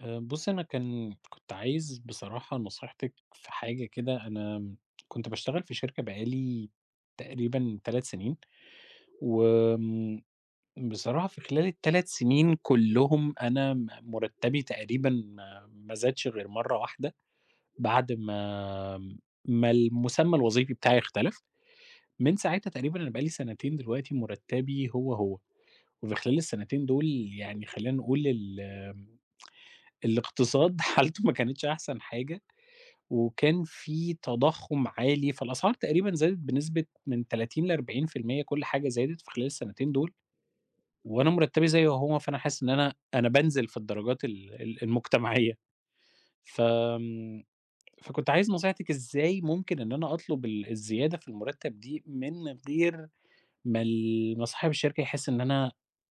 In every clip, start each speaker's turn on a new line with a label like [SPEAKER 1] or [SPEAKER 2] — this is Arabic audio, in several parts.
[SPEAKER 1] بُصّي، أنا كنت عايز بصراحة نصيحتِك في حاجة كده. أنا كنت باشتغل في شركة بقى لي تقريبًا 3 سنين. وآمم بصراحة في خلال ال3 سنين كلّهم أنا مُرتّبي تقريبًا ما زادش غير مرّة واحدة، بعد ما المسمى الوظيفي بتاعي اختلف. من ساعتها تقريبًا أنا بقى لي سنتين دلوقتي مُرتّبي هو، وفي خلال السنتين دول يعني خلّينا نقول الاقتصاد حالته ما كانتش أحسن حاجة. وكان في تضخُّم عالي، فالأسعار تقريبًا زادت بنسبة من 30 ل40%. كل حاجة زادت في خلال السنتين دول، وأنا مرتّبي زي ما هو. فأنا حاسس إن أنا بانزل في الدرجات ال ال المجتمعية. فآمم، فكنت عايز نصيحتِك إزاي ممكن إن أنا أطلب الزيادة في المرتّب دي من غير ما صاحب الشركة يحس إن أنا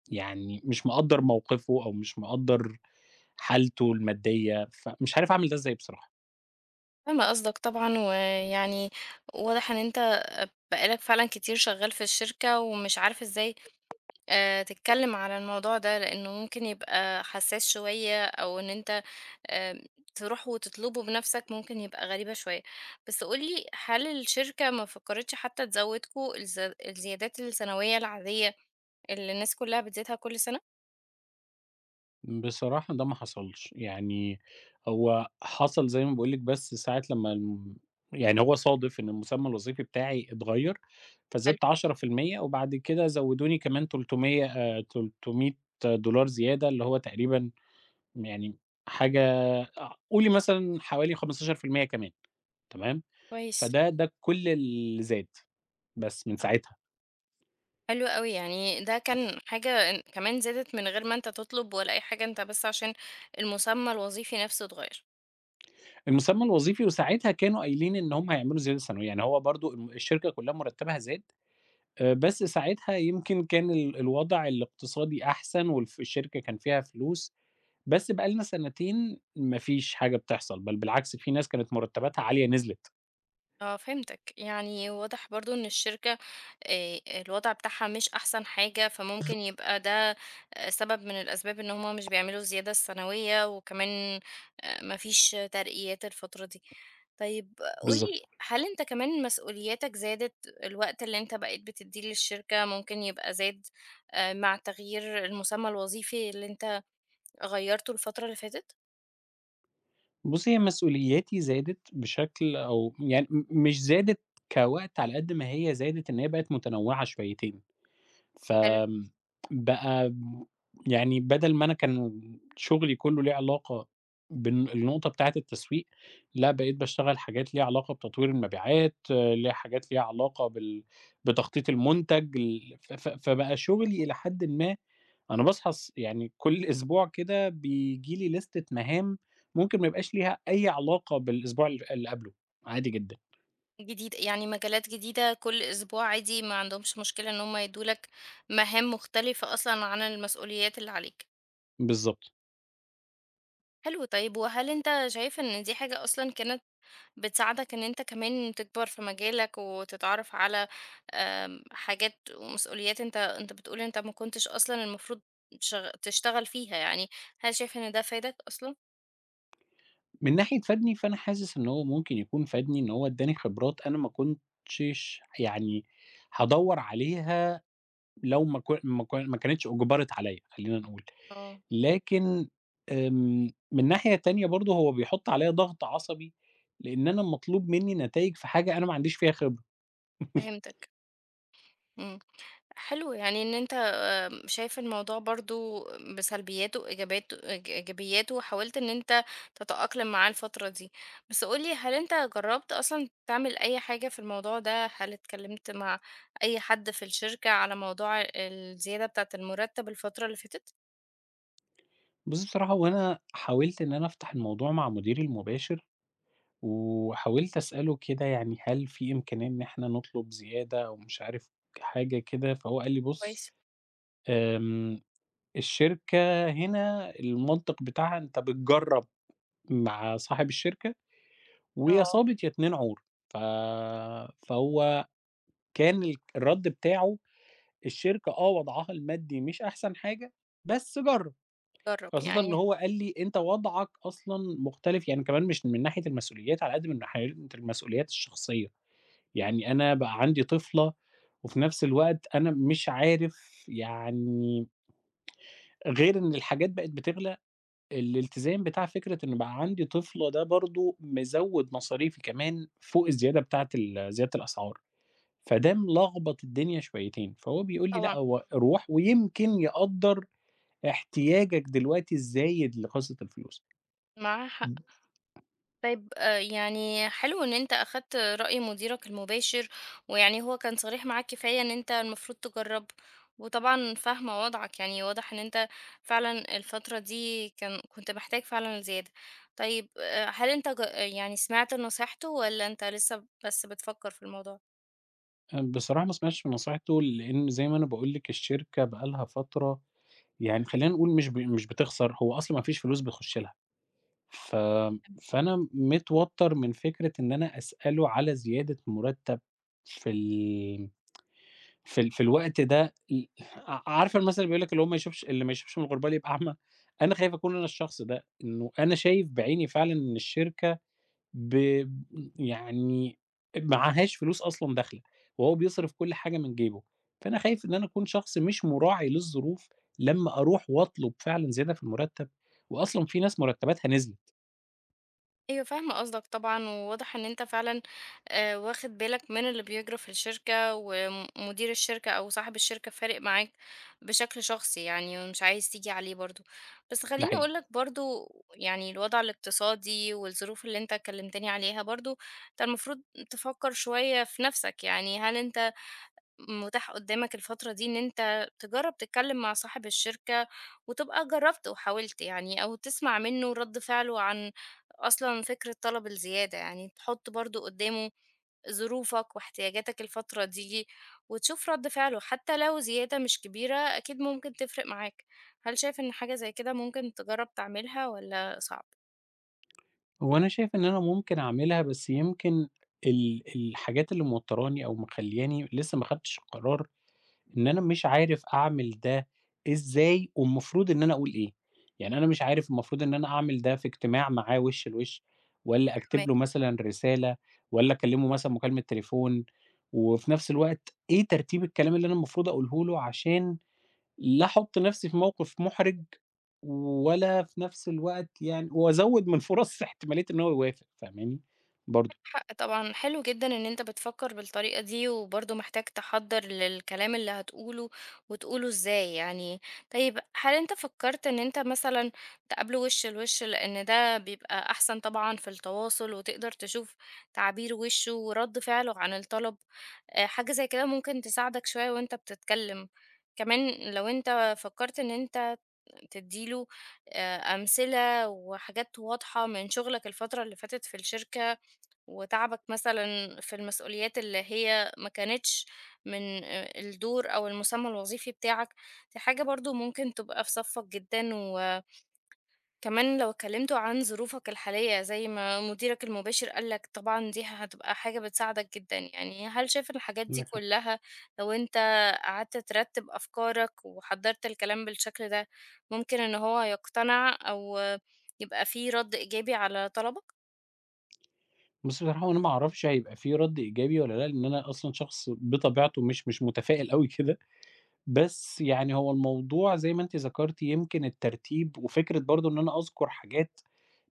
[SPEAKER 1] يعني مش مقدّر موقفه أو مش مقدّر حالته المادية. فمش عارف أعمل ده إزاي بصراحة.
[SPEAKER 2] فاهمة قصدك طبعًا، ويعني واضح إن أنت بقى لك فعلًا كتير شغال في الشركة، ومش عارف إزاي تتكلم على الموضوع ده، لإنه ممكن يبقى حساس شوية، أو إن أنت آآ تروح وتطلبه بنفسك ممكن يبقى غريبة شوية. بس قُل لي، هل الشركة ما فكرتش حتى تزودكم الزيادات السنوية العادية اللي الناس كلها بتزيدها كل سنة؟
[SPEAKER 1] بصراحة ده ما حصلش. يعني هو حصل زي ما باقول لِك، بس ساعة لمّا يعني هو صادف إن المسمى الوظيفي بتاعي اتغيّر،
[SPEAKER 2] حلو،
[SPEAKER 1] فزدت 10% وبعد كده زوّدوني كمان 300$ زيادة، اللي هو تقريبًا يعني حاجة قولي مثلًا حوالي 15% كمان، تمام.
[SPEAKER 2] كويس،
[SPEAKER 1] فده كل اللي زاد بس من
[SPEAKER 2] آه.
[SPEAKER 1] ساعتها.
[SPEAKER 2] حلو أوي، يعني ده كان حاجة إن كمان زادت من غير ما أنت تطلب ولا أي حاجة، أنت بس عشان المسمى الوظيفي نفسه اتغيّر.
[SPEAKER 1] المسمى الوظيفي، وساعتها كانوا قايلين إن هم هيعملوا زيادة سنوية، يعني هو برضه الشركة كلّها مرتبها زاد. بس ساعتها يمكن كان الوضع الاقتصادي أحسن، والف الشركة كان فيها فلوس. بس بقى لنا سنتين ما فيش حاجة بتحصل، بل بالعكس في ناس كانت مرتباتها عالية نزلت.
[SPEAKER 2] اه فهمتك، يعني واضح برضو ان الشركة آه، الوضع بتاعها مش احسن حاجة، فممكن يبقى ده آه، سبب من الاسباب ان هما مش بيعملوا الزيادة السنوية، وكمان آه، مفيش ترقيات الفترة دي. طيب
[SPEAKER 1] بالضبط.
[SPEAKER 2] قولي، هل انت كمان مسؤولياتك زادت؟ الوقت اللي انت بقيت بتديه للشركة ممكن يبقى زاد آه، مع تغيير المسمى الوظيفي اللي انت غيرته الفترة اللي فاتت؟
[SPEAKER 1] بُصّي، هي مسؤولياتي زادت بشكل، أو يعني مش زادت كوقت على قد ما هي زادت إن هي بقت متنوعة شويتين. فآمم بقى يعني بدل ما أنا كان شغلي كلّه ليه علاقة النقطة بتاعة التسويق، لأ بقيت باشتغل حاجات ليها علاقة بتطوير المبيعات، آه، ليها حاجات ليها علاقة بتخطيط المنتج. ال ف ف فبقى شغلي إلى حدٍ ما، أنا باصحى يعني كل أسبوع كده بييجي لي ليستة مهام ممكن ما يبقاش ليها أي علاقة بالأسبوع اللي قبله، عادي جدًا.
[SPEAKER 2] جديد، يعني مجالات جديدة كل أسبوع، عادي ما عندهمش مشكلة إن هم يدوا لك مهام مختلفة أصلا عن المسؤوليات اللي عليك.
[SPEAKER 1] بالضبط.
[SPEAKER 2] حلو، طيب وهل أنت شايف إن دي حاجة أصلا كانت بتساعدك إن أنت كمان تكبر في مجالك، وتتعرف على آم، حاجات ومسؤوليات أنت بتقول أنت ما كنتش أصلا المفروض تشتغل فيها؟ يعني هل شايف إن ده فادك أصلا؟
[SPEAKER 1] من ناحية فادني، فأنا حاسس إن هو ممكن يكون فادني، إن هو ادّاني خبرات أنا ما كنتش يعني هادوّر عليها لو ما كانتش أُجبرِت عليّا، خلّينا نقول.
[SPEAKER 2] اه
[SPEAKER 1] لكن من ناحية تانية برضه هو بيحُط عليّا ضغط عصبي، لإن أنا مطلوب منّي نتايج في حاجة أنا ما عنديش فيها خبرة.
[SPEAKER 2] فهمتك. مم. حلو، يعني ان انت شايف الموضوع برضو بسلبياته إيجابياته وحاولت إن أنت تتأقلم معاه الفترة دي. بس قولي، هل أنت جربت أصلا تعمل أي حاجة في الموضوع ده؟ هل اتكلمت مع أي حد في الشركة على موضوع الزيادة بتاعة المرتب الفترة اللي فاتت؟
[SPEAKER 1] بُصّي بصراحة هو أنا حاولت إن أنا أفتح الموضوع مع مديري المباشر، وحاولت أسأله كده يعني هل في إمكانية إن إحنا نطلب زيادة أو مش عارف حاجة كده، فهو قال لي: "بُص".
[SPEAKER 2] كويس.
[SPEAKER 1] آمم، الشركة هنا المنطق بتاعها أنت بتجرّب مع صاحب الشركة ويا
[SPEAKER 2] اه.
[SPEAKER 1] صابت يا 2 عور. ف فهو كان الرَد بتاعه: الشركة، آه، وضعها المادي مش أحسن حاجة، بس جرّب،
[SPEAKER 2] جرب
[SPEAKER 1] خاصةً إن
[SPEAKER 2] يعني.
[SPEAKER 1] هو قال لي: "أنت وضعك أصلًا مختلف." يعني كمان مش من ناحية المسؤوليات على قد من ناحية المسؤوليات الشخصية. يعني أنا بقى عندي طفلة، وفي نفس الوقت أنا مش عارف يعني غير إن الحاجات بقت بتغلى. الالتزام بتاع فكرة إن بقى عندي طفلة ده برضه مزوّد مصاريفي كمان فوق الزيادة بتاعة زيادة الأسعار. فده ملخبط الدنيا شويتين. فهو بيقول لي: لأ،
[SPEAKER 2] طبعا.
[SPEAKER 1] هو روح، ويمكن يقدّر احتياجك دلوقتي الزايد لقصة الفلوس.
[SPEAKER 2] معاها حق. طيب آه، يعني حلو ان انت اخدت رأي مديرك المباشر، ويعني هو كان صريح معاك كفاية ان انت المفروض تجرب. وطبعا فاهمة وضعك، يعني واضح ان انت فعلا الفترة دي كنت محتاج فعلا زيادة. طيب آه، هل انت يعني سمعت نصيحته، ولا انت لسه بس بتفكر في الموضوع؟
[SPEAKER 1] بصراحة ما سمعتش من نصيحته، لإن زي ما أنا باقول لِك الشركة بقى لها فترة يعني خلّينا نقول مش بتخسر، هو أصلًا ما فيش فلوس بتخش لها. ف فأنا متوتّر من فكرة إن أنا أسأله على زيادة مُرتّب في ال في ال في الوقت ده. ل ع عارفة المثل اللي بيقول لك، اللي ما يشوفش من الغربال يبقى أعمى. أنا خايف أكون أنا الشخص ده، إنه أنا شايف بعيني فعلًا إن الشركة، ب يعني، معهاش فلوس أصلًا داخلة، وهو بيصرف كل حاجة من جيبه. فأنا خايف إن أنا أكون شخص مش مراعي للظروف لمّا أروح وأطلب فعلًا زيادة في المُرتّب، وأصلًا في ناس مُرتّباتها نزلت.
[SPEAKER 2] أيوه، فاهمة قصدك طبعًا، وواضح إن أنت فعلًا واخد بالك من اللي بيجرى في الشركة، ومدير الشركة أو صاحب الشركة فارق معاك بشكل شخصي يعني، ومش عايز تيجي عليه برضه. بس
[SPEAKER 1] ده
[SPEAKER 2] خلّيني أقول
[SPEAKER 1] حقيقي.
[SPEAKER 2] لك برضه، يعني الوضع الاقتصادي والظروف اللي أنت كلمتني عليها برضه، أنت المفروض تفكر شوية في نفْسك. يعني هل أنت متاح قدامك الفترة دي إن أنت تجرّب تتكلّم مع صاحب الشركة وتبقى جرّبت وحاولت، يعني أو تسمع منّه رَد فعله عن أصلًا فكرة طلب الزيادة؟ يعني تحُط برضه قدّامه ظروفك واحتياجاتك الفترة دي، وتشوف رَد فعله. حتّى لو زيادة مش كبيرة أكيد ممكن تفرق معاك. هل شايف إن حاجة زي كده ممكن تجرّب تعملها والّا صعب؟
[SPEAKER 1] هو أنا شايف إن أنا ممكن أعملها، بس يمكن الحاجات اللي موتّراني أو مخلّياني لسه ما خدتش القرار، إن أنا مش عارف أعمل ده إزاي والمفروض إن أنا أقول إيه. يعني أنا مش عارف المفروض إن أنا أعمل ده في اجتماع معاه وِش لوِش، والّا أكتب
[SPEAKER 2] فاهماك.
[SPEAKER 1] له مثلًا رسالة، والّا أكلّمه مثلًا مكالمة تليفون. وفي نفس الوقت إيه ترتيب الكلام اللي أنا المفروض أقوله له عشان لا أحُط نَفْسي في موقِف مُحرِج، ولا في نَفْس الوقت يعني وأزوّد من فرص احتمالية إن هو يوافق، فاهماني؟ برضه.
[SPEAKER 2] حق طبعًا، حلو جدًا إن أنت بتفكّر بالطريقة دي، وبرضه محتاج تحضّر للكلام اللي هتقوله، وتقوله إزاي يعني. طيب هل أنت فكّرت إن أنت مثلًا تقابله وِش لوِش؟ لإن ده بيبقى أحسن طبعًا في التواصل، وتقدر تشوف تعابير وِشه ورَد فعله عن الطلب. حاجة زي كده ممكن تساعدك شوية وأنت بتتكلم. كمان لو أنت فكّرت إن أنت تدّي له أمثلة وحاجات واضحة من شغلك الفترة اللي فاتت في الشركة، وتعبك مثلًا في المسؤوليات اللي هي ما كانتش من الدور أو المسمى الوظيفي بتاعك، دي حاجة برضه ممكن تبقى في صفّك جدًا. وكمان لو اتكلمتوا عن ظروفك الحالية زي ما مديرك المباشر قال لك، طبعًا دي هتبقى حاجة بتساعدك جدًا. يعني هل شايف إن الحاجات دي
[SPEAKER 1] عندك حق.
[SPEAKER 2] كلّها لو أنت قعدت ترتّب أفكارك وحضّرت الكلام بالشكل ده، ممكن إن هو يقتنع أو يبقى في رَد إيجابي على طلبك؟
[SPEAKER 1] بُصّي بصراحة هو أنا ما أعرفش هيبقى في رَد إيجابي والّا لأ، لإن أنا أصلًا شخص بطبيعته مش متفائل أوي كده. بس يعني هو الموضوع زي ما أنتِ ذكرتِ، يمكن الترتيب وفكرة برضه إن أنا أذكُر حاجات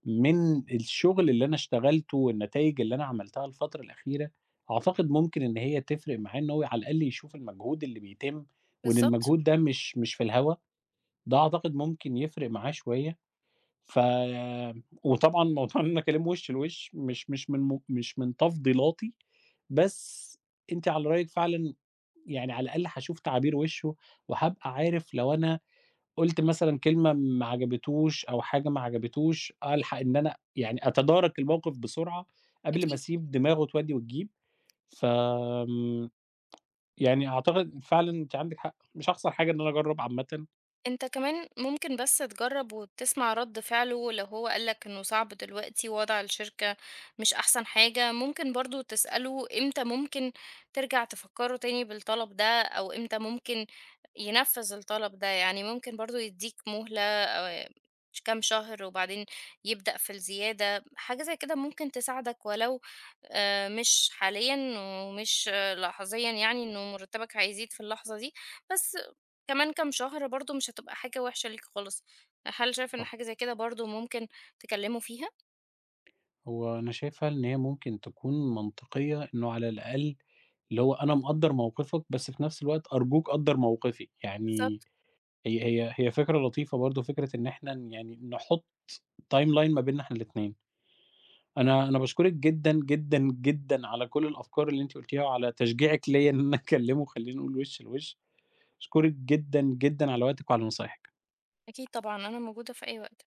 [SPEAKER 1] من الشغل اللي أنا اشتغلته والنتايج اللي أنا عملتها الفترة الأخيرة، أعتقد ممكن إن هي تفرق معاه إن هو على الأقل يشوف المجهود اللي بيتم، وإن
[SPEAKER 2] بالضبط.
[SPEAKER 1] المجهود ده مش في الهوا. ده أعتقد ممكن يفرق معاه شوية. ف وطبعًا موضوع إن أنا أكلمه وش لوش مش من تفضيلاتي. بس أنتِ على رأيِك فعلًا، يعني على الأقل هاشوف تعابير وشه، وهابقى عارف لو أنا قُلت مثلًا كلمة ما عجبتوش أو حاجة ما عجبتوش، ألحق إن أنا يعني أتدارك الموقف بسرعة قبل ما
[SPEAKER 2] أكيد.
[SPEAKER 1] أسيب دماغه تودّي وتجيب. ف آمم، يعني أعتقد فعلًا أنتِ عندِك حق، مش هاخسر حاجة إن أنا أجرّب عامةً.
[SPEAKER 2] أنت كمان ممكن بس تجرّب وتسمع رَد فعله، لو هو قال لك إنه صعب دلوقتي وضع الشركة مش أحسن حاجة، ممكن برضه تسأله إمتى ممكن ترجع تفكّره تاني بالطلب ده، أو إمتى ممكن ينفّذ الطلب ده. يعني ممكن برضه يدّيك مهلة ش كام شهر وبعدين يبدأ في الزيادة. حاجة زي كده ممكن تساعدك، ولو مش حاليًا ومش آه، لحظيًا، يعني إنه مرتّبك هيزيد في اللحظة دي، بس كمان كام شهر برضه مش هتبقى حاجة وحشة ليك خالص. هل شايف إن
[SPEAKER 1] صح.
[SPEAKER 2] حاجة زي كده برضه ممكن تكلّمه فيها؟
[SPEAKER 1] هو أنا شايفها إن هي ممكن تكون منطقية، إنه على الأقل، اللي هو أنا مقدّر موقفك، بس في نفس الوقت أرجوك قدّر موقفي. يعني
[SPEAKER 2] بالضبط.
[SPEAKER 1] هي فكرة لطيفة برضه، فكرة إن إحنا يعني نحط timeline ما بيننا إحنا الاتنين. أنا باشكرِك جدًا، جدًا، جدًا على كل الأفكار اللي أنتِ قُلتيها وعلى تشجيعِك ليّا إن أنا أكلّمه وخلّينا نقول وِش لوِش. باشكرِك جدًا، جدًا على وقتِك وعلى نصايحِك.
[SPEAKER 2] أكيد طبعًا، أنا موجودة في أي وقت.